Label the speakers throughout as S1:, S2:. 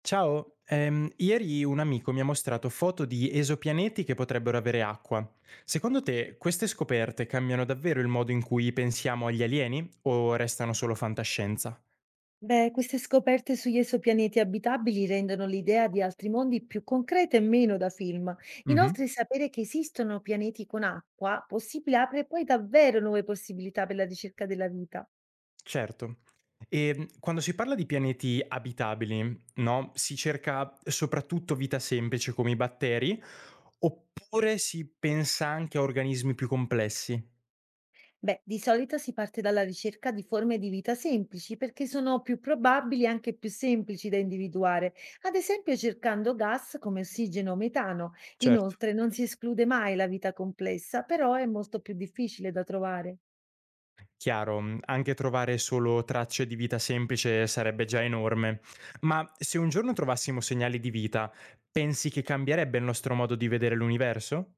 S1: Ciao, ieri un amico mi ha mostrato foto di esopianeti che potrebbero avere acqua. Secondo te queste scoperte cambiano davvero il modo in cui pensiamo agli alieni o restano solo fantascienza?
S2: Beh, queste scoperte sugli esopianeti abitabili rendono l'idea di altri mondi più concreta e meno da film.
S1: Mhm.
S2: Inoltre, sapere che esistono pianeti con acqua possibile apre poi davvero nuove possibilità per la ricerca della vita.
S1: Certo. E quando si parla di pianeti abitabili, no, si cerca soprattutto vita semplice come i batteri oppure si pensa anche a organismi più complessi?
S2: Beh, di solito si parte dalla ricerca di forme di vita semplici perché sono più probabili e anche più semplici da individuare, ad esempio cercando gas come ossigeno o metano.
S1: Certo.
S2: Inoltre, non si esclude mai la vita complessa, però è molto più difficile da trovare.
S1: Chiaro, mhmm, anche trovare solo tracce di vita semplice sarebbe già enorme. Ma se un giorno trovassimo segnali di vita, pensi che cambierebbe il nostro modo di vedere l'universo?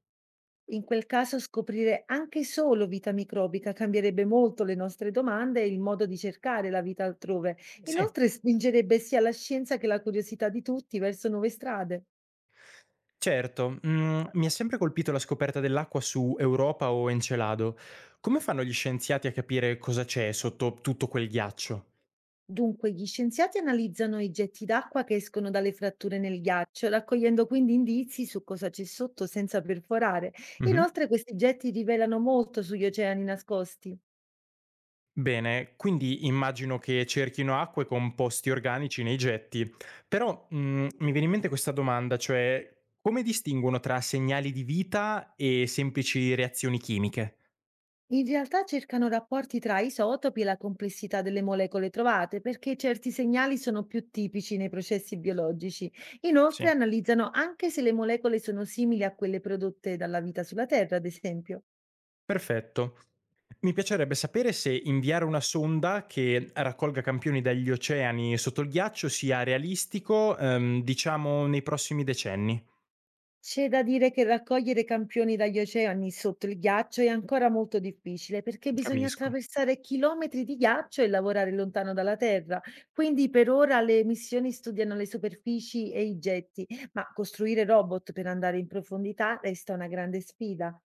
S2: In quel caso scoprire anche solo vita microbica cambierebbe molto le nostre domande e il modo di cercare la vita altrove.
S1: Sì.
S2: Inoltre spingerebbe sia la scienza che la curiosità di tutti verso nuove strade.
S1: Certo, mhmm, mi ha sempre colpito la scoperta dell'acqua su Europa o Encelado. Come fanno gli scienziati a capire cosa c'è sotto tutto quel ghiaccio?
S2: Dunque, gli scienziati analizzano i getti d'acqua che escono dalle fratture nel ghiaccio, raccogliendo quindi indizi su cosa c'è sotto senza perforare.
S1: Mh-mh.
S2: Inoltre, questi getti rivelano molto sugli oceani nascosti.
S1: Bene, quindi immagino che cerchino acqua e composti organici nei getti, però mi viene in mente questa domanda, cioè come distinguono tra segnali di vita e semplici reazioni chimiche?
S2: In realtà cercano rapporti tra isotopi e la complessità delle molecole trovate, perché certi segnali sono più tipici nei processi biologici. Inoltre
S1: Sì,
S2: analizzano anche se le molecole sono simili a quelle prodotte dalla vita sulla Terra, ad esempio.
S1: perfetto. Mi piacerebbe sapere se inviare una sonda che raccolga campioni dagli oceani sotto il ghiaccio sia realistico, diciamo, nei prossimi decenni.
S2: C'è da dire che raccogliere campioni dagli oceani sotto il ghiaccio è ancora molto difficile perché bisogna
S1: Capisco.
S2: attraversare chilometri di ghiaccio e lavorare lontano dalla Terra. Quindi per ora le missioni studiano le superfici e i getti, ma costruire robot per andare in profondità resta una grande sfida.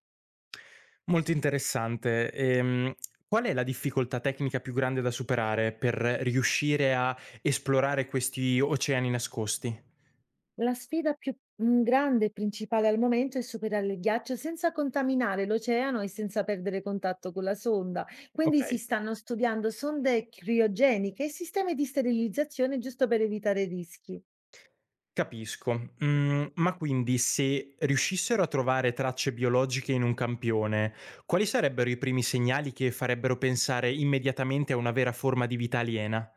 S1: Molto interessante. Qual è la difficoltà tecnica più grande da superare per riuscire a esplorare questi oceani nascosti?
S2: La sfida più grande e principale al momento è superare il ghiaccio senza contaminare l'oceano e senza perdere contatto con la sonda. Quindi si
S1: Okay,
S2: stanno studiando sonde criogeniche e sistemi di sterilizzazione giusto per evitare rischi.
S1: capisco. Mhmm, ma quindi se riuscissero a trovare tracce biologiche in un campione, quali sarebbero i primi segnali che farebbero pensare immediatamente a una vera forma di vita aliena?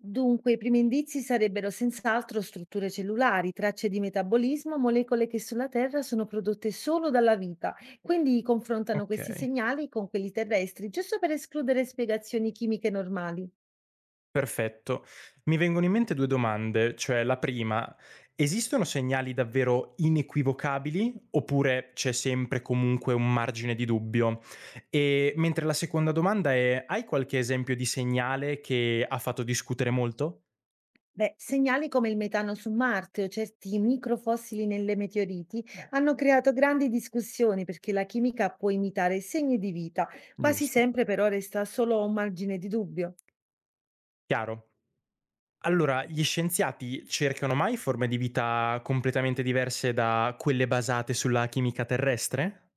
S2: Dunque, i primi indizi sarebbero senz'altro strutture cellulari, tracce di metabolismo, molecole che sulla Terra sono prodotte solo dalla vita. Quindi confrontano questi
S1: Okay.
S2: segnali con quelli terrestri, giusto per escludere spiegazioni chimiche normali.
S1: Perfetto. Mi vengono in mente 2 domande, cioè la prima: esistono segnali davvero inequivocabili oppure c'è sempre comunque un margine di dubbio? E mentre la seconda domanda è: hai qualche esempio di segnale che ha fatto discutere molto?
S2: Beh, segnali come il metano su Marte o certi microfossili nelle meteoriti hanno creato grandi discussioni perché la chimica può imitare segni di vita, quasi
S1: Giusto,
S2: sempre però resta solo un margine di dubbio.
S1: chiaro. Allora, gli scienziati cercano mai forme di vita completamente diverse da quelle basate sulla chimica terrestre?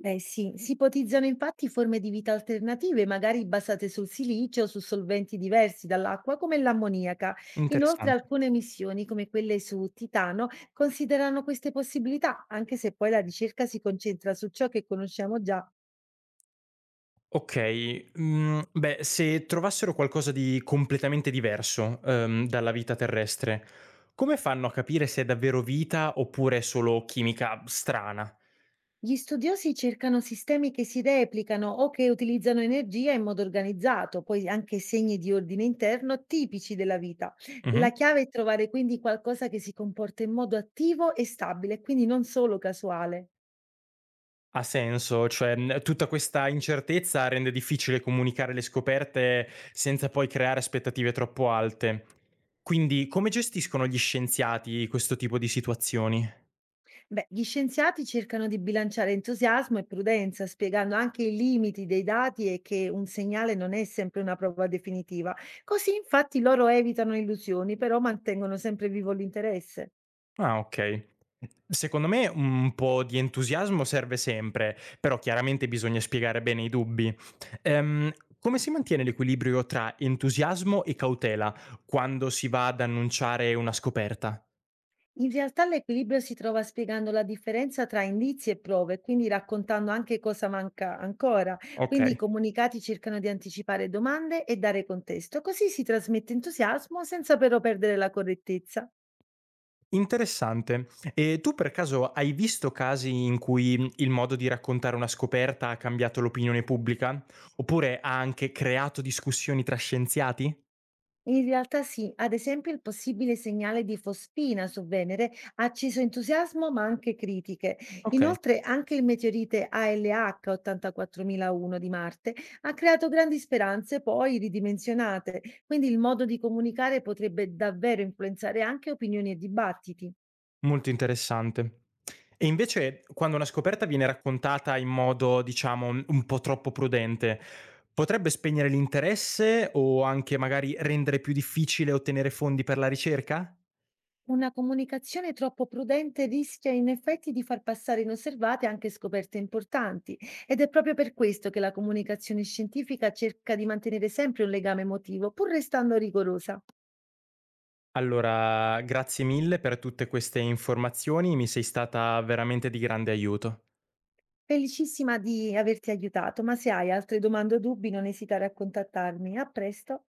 S2: Beh sì, si ipotizzano infatti forme di vita alternative, magari basate sul silicio o su solventi diversi dall'acqua come l'ammoniaca. Inoltre
S1: Interessante.
S2: alcune missioni, come quelle su Titano, considerano queste possibilità, anche se poi la ricerca si concentra su ciò che conosciamo già.
S1: Okay, mhmm, beh, se trovassero qualcosa di completamente diverso, dalla vita terrestre, come fanno a capire se è davvero vita oppure è solo chimica strana?
S2: Gli studiosi cercano sistemi che si replicano o che utilizzano energia in modo organizzato, poi anche segni di ordine interno tipici della vita.
S1: Mh-mh.
S2: La chiave è trovare quindi qualcosa che si comporta in modo attivo e stabile, quindi non solo casuale.
S1: Ha senso, cioè, mhmm, tutta questa incertezza rende difficile comunicare le scoperte senza poi creare aspettative troppo alte. Quindi come gestiscono gli scienziati questo tipo di situazioni?
S2: Beh, gli scienziati cercano di bilanciare entusiasmo e prudenza, spiegando anche i limiti dei dati e che un segnale non è sempre una prova definitiva. Così infatti loro evitano illusioni, però mantengono sempre vivo l'interesse.
S1: Ah, okay. Secondo me un po' di entusiasmo serve sempre, però chiaramente bisogna spiegare bene i dubbi. Ehm, come si mantiene l'equilibrio tra entusiasmo e cautela quando si va ad annunciare una scoperta?
S2: In realtà l'equilibrio si trova spiegando la differenza tra indizi e prove, quindi raccontando anche cosa manca ancora. Quindi i
S1: Okay,
S2: comunicati cercano di anticipare domande e dare contesto, così si trasmette entusiasmo senza però perdere la correttezza.
S1: interessante. E tu per caso hai visto casi in cui il modo di raccontare una scoperta ha cambiato l'opinione pubblica? Oppure ha anche creato discussioni tra scienziati?
S2: In realtà sì, ad esempio il possibile segnale di fosfina su Venere ha acceso entusiasmo ma anche critiche.
S1: Okay.
S2: Inoltre anche il meteorite ALH 84001 di Marte ha creato grandi speranze poi ridimensionate, quindi il modo di comunicare potrebbe davvero influenzare anche opinioni e dibattiti.
S1: Molto interessante. E invece quando una scoperta viene raccontata in modo, diciamo, un po' troppo prudente, potrebbe spegnere l'interesse o anche magari rendere più difficile ottenere fondi per la ricerca?
S2: Una comunicazione troppo prudente rischia in effetti di far passare inosservate anche scoperte importanti ed è proprio per questo che la comunicazione scientifica cerca di mantenere sempre un legame emotivo, pur restando rigorosa.
S1: Allora, grazie mille per tutte queste informazioni, mi sei stata veramente di grande aiuto.
S2: Felicissima di averti aiutato, ma se hai altre domande o dubbi non esitare a contattarmi. A presto.